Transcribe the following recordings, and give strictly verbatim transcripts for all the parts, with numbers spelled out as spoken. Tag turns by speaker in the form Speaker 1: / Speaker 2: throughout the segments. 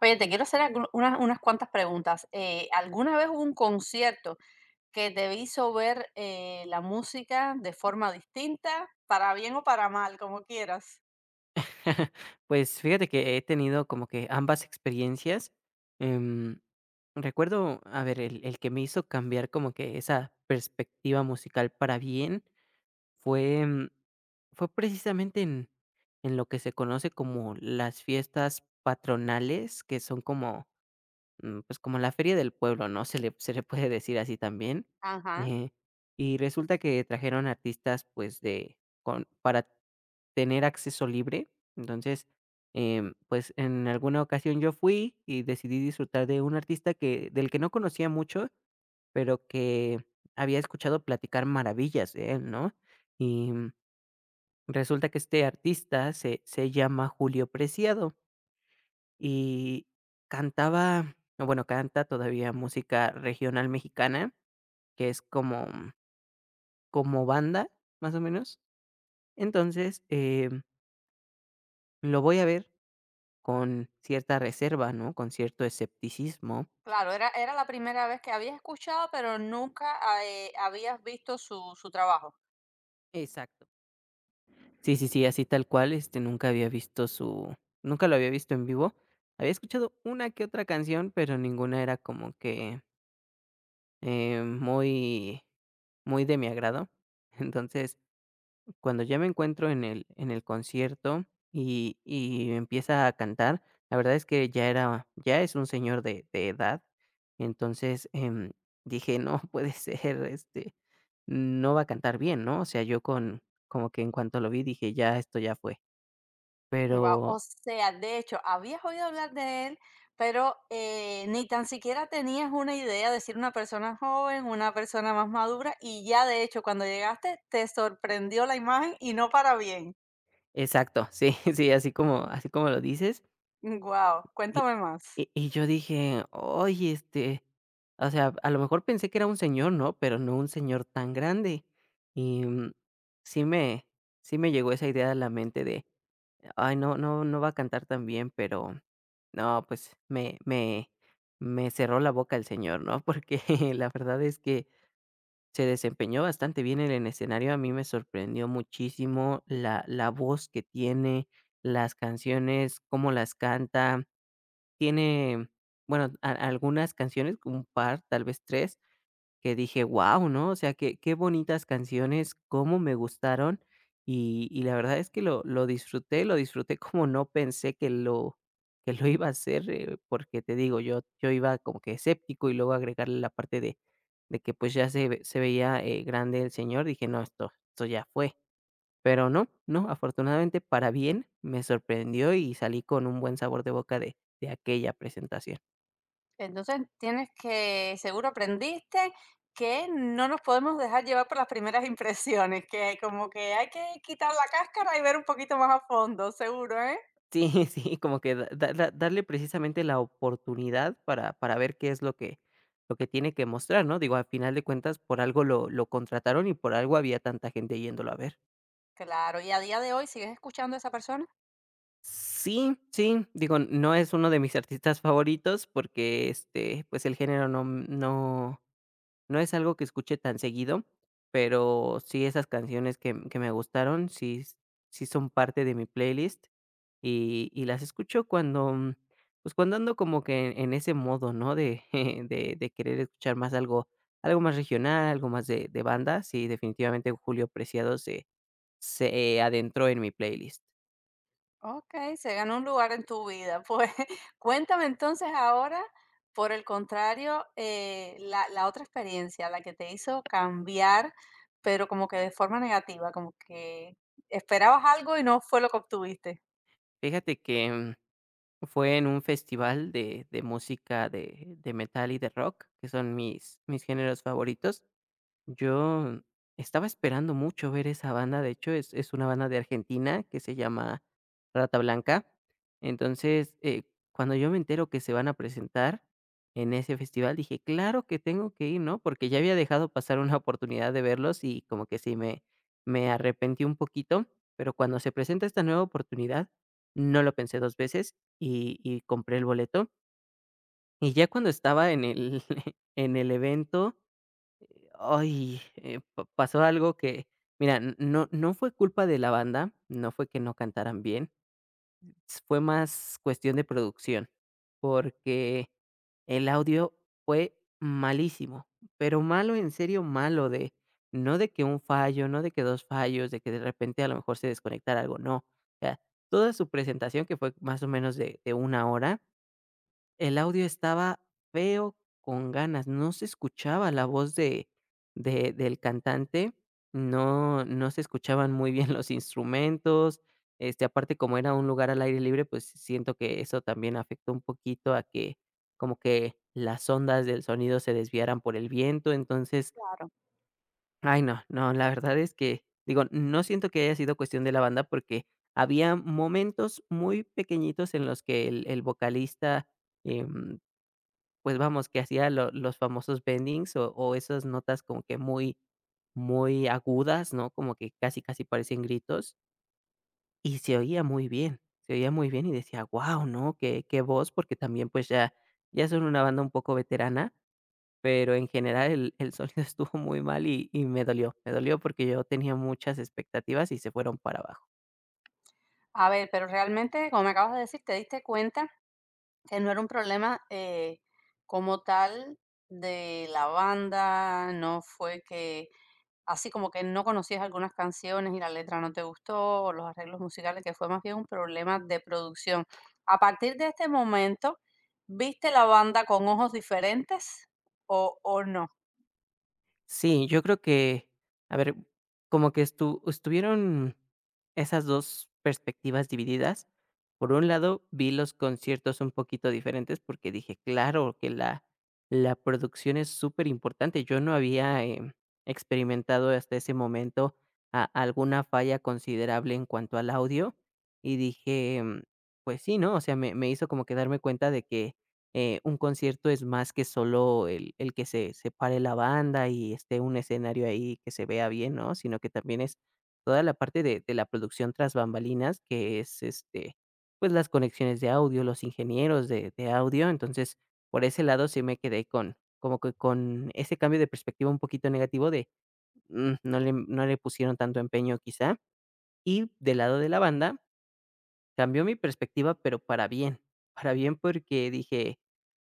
Speaker 1: Oye, te quiero hacer algu- unas, unas cuantas preguntas. Eh, ¿alguna vez hubo un concierto que te hizo ver eh, la música de forma distinta, para bien o para mal, como quieras?
Speaker 2: Pues, fíjate que he tenido como que ambas experiencias, em, recuerdo, a ver, el el que me hizo cambiar como que esa perspectiva musical para bien fue, mm, fue precisamente en en lo que se conoce como las fiestas patronales, que son como mm, pues, como la feria del pueblo, ¿no? Se le se le puede decir así también.
Speaker 1: Ajá.
Speaker 2: Eh, y resulta que trajeron artistas, pues, de con para tener acceso libre. Entonces, em, pues, en alguna ocasión yo fui y decidí disfrutar de un artista que del que no conocía mucho, pero que había escuchado platicar maravillas de él, ¿no? Y, mm, resulta que este artista se se llama Julio Preciado. Y cantaba, o bueno, canta todavía música regional mexicana, que es como como banda, más o menos. Entonces, em, lo voy a ver con cierta reserva, ¿no? Con cierto escepticismo.
Speaker 1: Claro, era, era la primera vez que habías escuchado, pero nunca ah, eh, habías visto su, su trabajo.
Speaker 2: Exacto. Sí, sí, sí, así tal cual, este, nunca había visto su nunca lo había visto en vivo. Había escuchado una que otra canción, pero ninguna era como que, eh, muy muy de mi agrado. Entonces, Cuando ya me encuentro en el en el concierto y y empieza a cantar, la verdad es que ya era ya es un señor de de edad. Entonces, em, dije: "No puede ser, este, no va a cantar bien", ¿no? O sea, yo con como que en cuanto lo vi dije: "Ya, esto ya fue".
Speaker 1: Wow, o
Speaker 2: Pero
Speaker 1: sea, de hecho, habías oído hablar de él, pero, eh, ni tan siquiera tenías una idea de si era una persona joven, una persona más madura, y ya, de hecho, cuando llegaste, te sorprendió la imagen y no para bien.
Speaker 2: exacto, sí, sí, así como así como lo dices.
Speaker 1: Wow,
Speaker 2: Y
Speaker 1: cuéntame más.
Speaker 2: y y yo dije: "Oye, este", o sea, a lo mejor pensé que era un señor, ¿no? Pero no un señor tan grande. Y, mm, sí me sí me llegó esa idea a la mente de: "Ay, no no no va a cantar tan bien", pero no, pues, me me me cerró la boca el señor, ¿no? Porque la verdad es que se desempeñó bastante bien en el escenario. A mí me sorprendió muchísimo la la voz que tiene, las canciones, cómo las canta. Tiene, bueno, a algunas canciones, como un par, tal vez tres que dije: wow, ¿no? O sea, qué qué bonitas canciones, cómo me gustaron, y y la verdad es que lo lo disfruté, lo disfruté como no pensé que lo que lo iba a hacer. Eh, porque te digo, yo yo iba como que escéptico, y luego agregarle la parte de de que, pues, ya se ve se veía, eh, grande el señor. Dije: "No, esto esto ya fue". Pero no, no, afortunadamente para bien, me sorprendió y salí con un buen sabor de boca de de aquella presentación.
Speaker 1: Entonces, tienes que seguro aprendiste que no nos podemos dejar llevar por las primeras impresiones, que como que hay que quitar la cáscara y ver un poquito más a fondo, seguro, ¿eh?
Speaker 2: Sí, sí, como que da da da darle precisamente la oportunidad para para ver qué es lo que lo que tiene que mostrar, ¿no? Digo, al final de cuentas, por algo lo lo contrataron y por algo había tanta gente yéndolo a ver.
Speaker 1: Claro, ¿y a día de hoy sigues escuchando a esa persona?
Speaker 2: Sí, sí, digo, no es uno de mis artistas favoritos porque, este, pues, el género no no no es algo que escuche tan seguido, pero sí esas canciones que que me gustaron, sí s sí son parte de mi playlist, y y las escucho cuando, mm, pues, cuando ando como que en en ese modo, ¿no? De de de querer escuchar más algo algo más regional, algo más de de banda. Sí, definitivamente Julio Preciado se se adentró en mi playlist.
Speaker 1: Okey, se ganó un lugar en tu vida. Pues, cuéntame entonces ahora, por el contrario, eh, la la otra experiencia, la que te hizo cambiar, pero como que de forma negativa, como que esperabas algo y no fue lo que obtuviste.
Speaker 2: Fíjate que, mm, fue en un festival de de música de de metal y de rock, que son mis mis géneros favoritos. Yo estaba esperando mucho ver esa banda. De hecho, es es una banda de Argentina que se llama Rata Blanca. Entonces, eh, cuando yo me entero que se van a presentar en ese festival, dije: "Claro que tengo que ir", ¿no? Porque ya había dejado pasar una oportunidad de verlos y como que sí me me arrepentí un poquito, pero cuando se presenta esta nueva oportunidad, no lo pensé dos veces y y compré el boleto. Y ya cuando estaba en el en el evento, ay, eh, pa pasó algo que, mira, n no no fue culpa de la banda, no fue que no cantaran bien. S Fue más cuestión de producción, porque el audio fue malísimo, pero malo, en serio malo. De no de que un fallo, no de que dos fallos, de que de repente a lo mejor se desconectara algo. No, o sea, toda su presentación, que fue más o menos de de una hora, el audio estaba feo con ganas, no se escuchaba la voz de de del cantante, no no se escuchaban muy bien los instrumentos. Este, aparte, como era un lugar al aire libre, pues, siento que eso también afectó un poquito a que como que las ondas del sonido se desviaran por el viento. Entonces,
Speaker 1: Claro.
Speaker 2: ay, no, no, la verdad es que, digo, no siento que haya sido cuestión de la banda, porque había momentos muy pequeñitos en los que el el vocalista, em pues vamos, que hacía lo los famosos bendings o o esas notas como que muy muy agudas, ¿no? Como que casi, casi parecían gritos, y se oía muy bien, se oía muy bien y decía: "Guau, ¿no? Qué qué voz", porque también, pues, ya ya son una banda un poco veterana. Pero en general el el sonido estuvo muy mal y y me dolió, me dolió, porque yo tenía muchas expectativas y se fueron para abajo.
Speaker 1: A ver, pero realmente, como me acabas de decir, te diste cuenta que no era un problema, eh, como tal de la banda, no fue que, así como que no conocías algunas canciones y la letra no te gustó, o los arreglos musicales, que fue más bien un problema de producción. A partir de este momento, ¿viste la banda con ojos diferentes o, o no?
Speaker 2: Sí, yo creo que, a ver, como que estu estuvieron esas dos perspectivas divididas. Por un lado, vi los conciertos un poquito diferentes porque dije: "Claro que la la producción es súper importante. Yo no había, em, experimentado hasta ese momento a alguna falla considerable en cuanto al audio, y dije, mm, pues sí, ¿no? O sea, me me hizo como que darme cuenta de que eh, un concierto es más que solo el el que se se pare la banda y esté un escenario ahí que se vea bien, ¿no? Sino que también es toda la parte de de la producción tras bambalinas, que es, este, pues, las conexiones de audio, los ingenieros de de audio. Entonces, por ese lado sí me quedé con como que con ese cambio de perspectiva un poquito negativo de, mm, no le no le pusieron tanto empeño quizá. Y del lado de la banda cambió mi perspectiva, pero para bien, para bien, porque dije,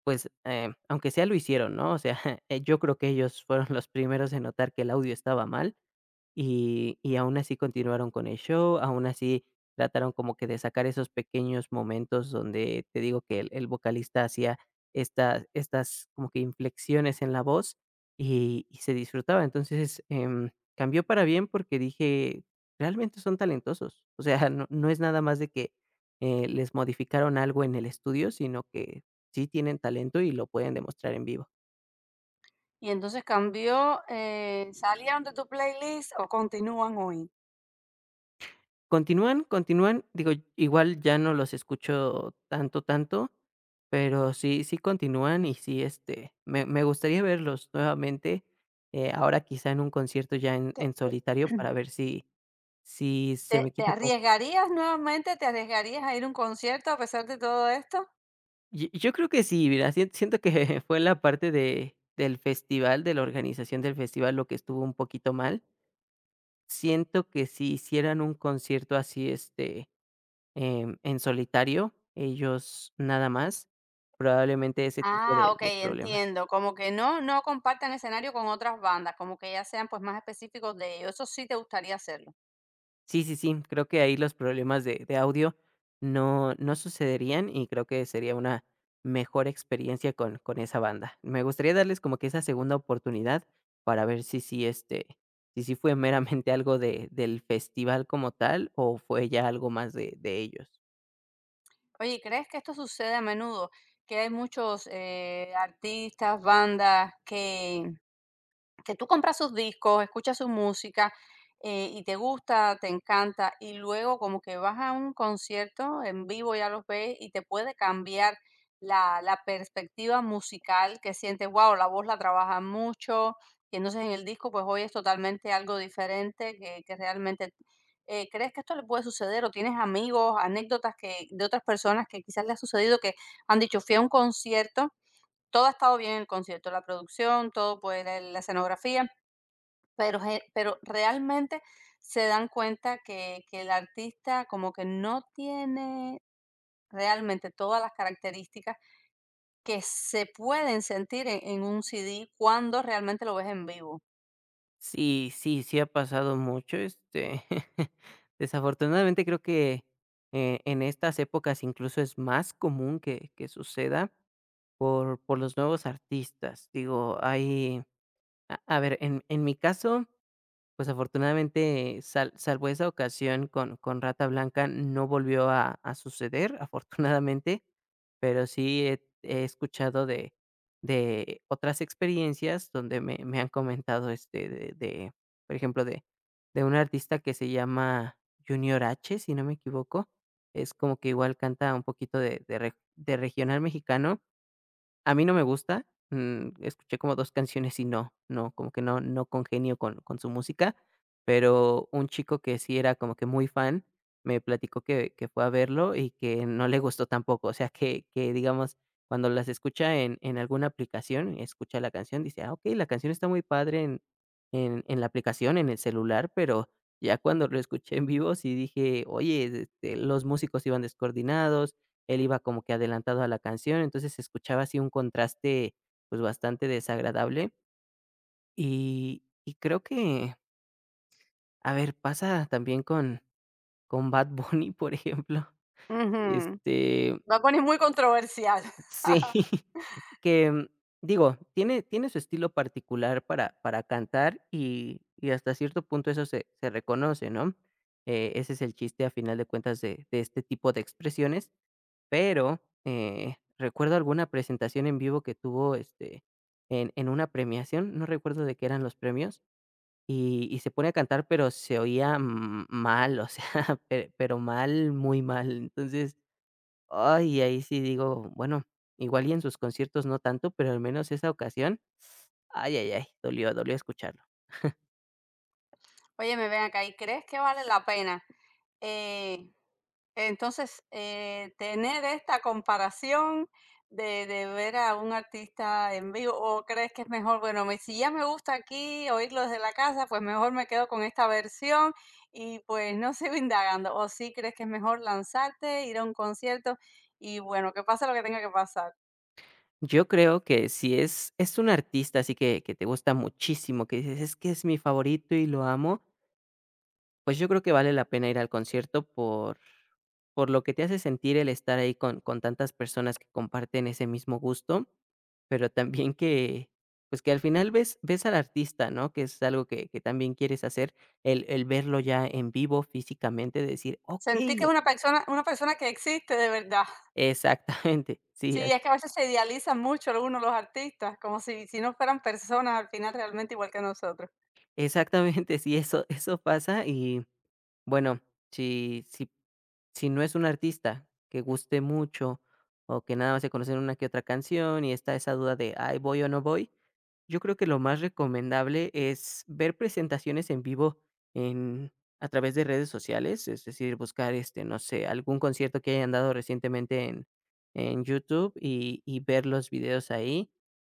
Speaker 2: pues, em, aunque sea lo hicieron, ¿no? O sea, eh, yo creo que ellos fueron los primeros en notar que el audio estaba mal, y y aún así continuaron con el show, aún así trataron como que de sacar esos pequeños momentos donde te digo que el el vocalista hacía estas estas como que inflexiones en la voz y y se disfrutaba. Entonces, em, cambió para bien, porque dije: "Realmente son talentosos". O sea, no no es nada más de que, eh, les modificaron algo en el estudio, sino que sí tienen talento y lo pueden demostrar en vivo.
Speaker 1: Y entonces cambió, eh, ¿salieron de tu playlist o continúan hoy?
Speaker 2: Continúan, continúan, digo, igual ya no los escucho tanto, tanto, pero sí sí continúan, y sí, este, me me gustaría verlos nuevamente. Eh, ahora quizá en un concierto ya en
Speaker 1: ¿Te,
Speaker 2: en solitario para ver si si se
Speaker 1: te,
Speaker 2: me
Speaker 1: te
Speaker 2: quita como.
Speaker 1: arriesgarías nuevamente? ¿Te arriesgarías a ir a un concierto a pesar de todo esto?
Speaker 2: Y yo creo que sí, mira, sien siento que fue la parte de del festival, de la organización del festival, lo que estuvo un poquito mal. Siento que si hicieran un concierto así, este, Em, en solitario, ellos nada más, probablemente ese tipo
Speaker 1: Ah,
Speaker 2: de
Speaker 1: ok,
Speaker 2: de problemas.
Speaker 1: entiendo. Como que no, no compartan escenario con otras bandas, como que ya sean pues más específicos de ellos. Eso sí te gustaría hacerlo.
Speaker 2: Sí, sí, sí, creo que ahí los problemas de de audio no no sucederían, y creo que sería una mejor experiencia con con esa banda. Me gustaría darles como que esa segunda oportunidad para ver si sí, este, si sí fue meramente algo de del festival como tal, o fue ya algo más de de ellos.
Speaker 1: Oye, ¿crees que esto sucede a menudo? Que hay muchos eh, artistas, bandas que que tú compras sus discos, escuchas su música, eh, y te gusta, te encanta, y luego como que vas a un concierto en vivo, ya los ves, y te puede cambiar la, la perspectiva musical que sientes, wow, la voz la trabaja mucho, y entonces en el disco pues hoy es totalmente algo diferente que, que realmente... eh, ¿Crees que esto le puede suceder o tienes amigos, anécdotas que, de otras personas que quizás le ha sucedido que han dicho, fui a un concierto, todo ha estado bien en el concierto, la producción, todo, pues la la escenografía, pero gen pero realmente se dan cuenta que que el artista como que no tiene realmente todas las características que se pueden sentir en en un C D cuando realmente lo ves en vivo.
Speaker 2: Sí, sí, sí ha pasado mucho, este, desafortunadamente creo que, eh, en estas épocas incluso es más común que que suceda por por los nuevos artistas. Digo, hay a a ver, en en mi caso, pues afortunadamente, sal salvo esa ocasión con con Rata Blanca, no volvió a a suceder, afortunadamente, pero sí he he escuchado de de otras experiencias donde me me han comentado, este, de de, por ejemplo, de de un artista que se llama Junior H, si no me equivoco. Es como que igual canta un poquito de de re de regional mexicano. A mí no me gusta, mm, escuché como dos canciones y no, no, como que no no congenio con con su música, pero un chico que sí era como que muy fan, me platicó que que fue a verlo y que no le gustó tampoco. O sea, que que, digamos, cuando las escucha en en alguna aplicación, escucha la canción, dice: "Ah, okey, la canción está muy padre en en en la aplicación, en el celular", pero ya cuando lo escuché en vivo sí dije: "Oye, este, los músicos iban descoordinados, él iba como que adelantado a la canción, entonces se escuchaba así un contraste, pues, bastante desagradable. Y y creo que, a ver, pasa también con con Bad Bunny, por ejemplo,
Speaker 1: Ujú.
Speaker 2: este,
Speaker 1: Bad Bunny es muy controversial.
Speaker 2: sí, que, mm, digo, tiene tiene su estilo particular para para cantar y y hasta cierto punto eso se se reconoce, ¿no? Eh, ese es el chiste, a final de cuentas, de de este tipo de expresiones. Pero, eh, recuerdo alguna presentación en vivo que tuvo, este, en en una premiación, no recuerdo de qué eran los premios, y y se pone a cantar, pero se oía m mal. O sea, pe pero mal, muy mal. Entonces, ay, ahí sí digo, bueno, igual y en sus conciertos no tanto, pero al menos esa ocasión, ay, ay, ay, dolió, dolió escucharlo.
Speaker 1: Oye, me ven acá, ¿y crees que vale la pena, eh, entonces, eh, tener esta comparación de de ver a un artista en vivo, ¿o crees que es mejor? Bueno, me si ya me gusta aquí oírlo desde la casa, pues mejor me quedo con esta versión y, pues, no sigo indagando, ¿o sí crees que es mejor lanzarte, ir a un concierto y, bueno, que pase lo que tenga que pasar?
Speaker 2: Yo creo que si es es un artista así que que te gusta muchísimo, que dices: "Es que es mi favorito y lo amo". Pues yo creo que vale la pena ir al concierto por por lo que te hace sentir el estar ahí con con tantas personas que comparten ese mismo gusto, pero también que, pues, que al final ves ves al artista, ¿no? Que es algo que que también quieres hacer, el el verlo ya en vivo físicamente, decir:
Speaker 1: Sentir que es
Speaker 2: "Okey".
Speaker 1: una persona una persona que existe de verdad.
Speaker 2: Exactamente, sí.
Speaker 1: Sí, es que a veces se idealizan mucho algunos los artistas, como si si no fueran personas al final realmente igual que nosotros.
Speaker 2: Exactamente, sí, eso eso pasa y, bueno, si si si no es un artista que guste mucho, o que nada más se conocen una que otra canción, y está esa duda de: "Ay, ¿voy o no voy?". Yo creo que lo más recomendable es ver presentaciones en vivo en a través de redes sociales, es decir, buscar, este, no sé, algún concierto que hayan dado recientemente en en YouTube y y ver los videos ahí.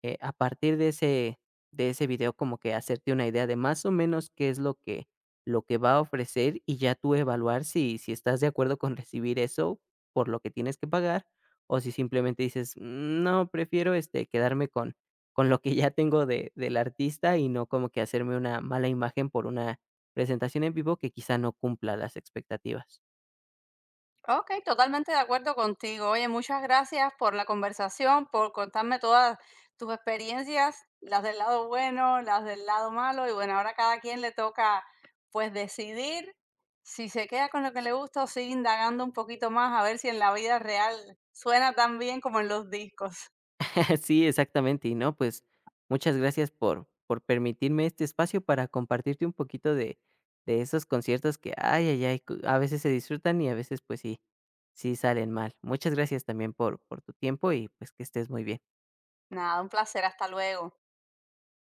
Speaker 2: Eh, a partir de ese de ese video como que hacerte una idea de más o menos qué es lo que lo que va a ofrecer, y ya tú evaluar si si estás de acuerdo con recibir eso por lo que tienes que pagar, o si simplemente dices: "Mm, no, prefiero, este, quedarme con con lo que ya tengo de del artista y no como que hacerme una mala imagen por una presentación en vivo que quizá no cumpla las expectativas".
Speaker 1: Ok, totalmente de acuerdo contigo. Oye, muchas gracias por la conversación, por contarme todas tus experiencias, las del lado bueno, las del lado malo. Y bueno, ahora cada quien le toca pues decidir si se queda con lo que le gusta o sigue indagando un poquito más a ver si en la vida real suena tan bien como en los discos.
Speaker 2: Sí, exactamente. Y no, pues muchas gracias por, por permitirme este espacio para compartirte un poquito de, de esos conciertos que, ay, ay, ay, cu- a veces se disfrutan y a veces pues sí, sí salen mal. Muchas gracias también por, por tu tiempo, y pues que estés muy bien.
Speaker 1: Nada, un placer, hasta luego.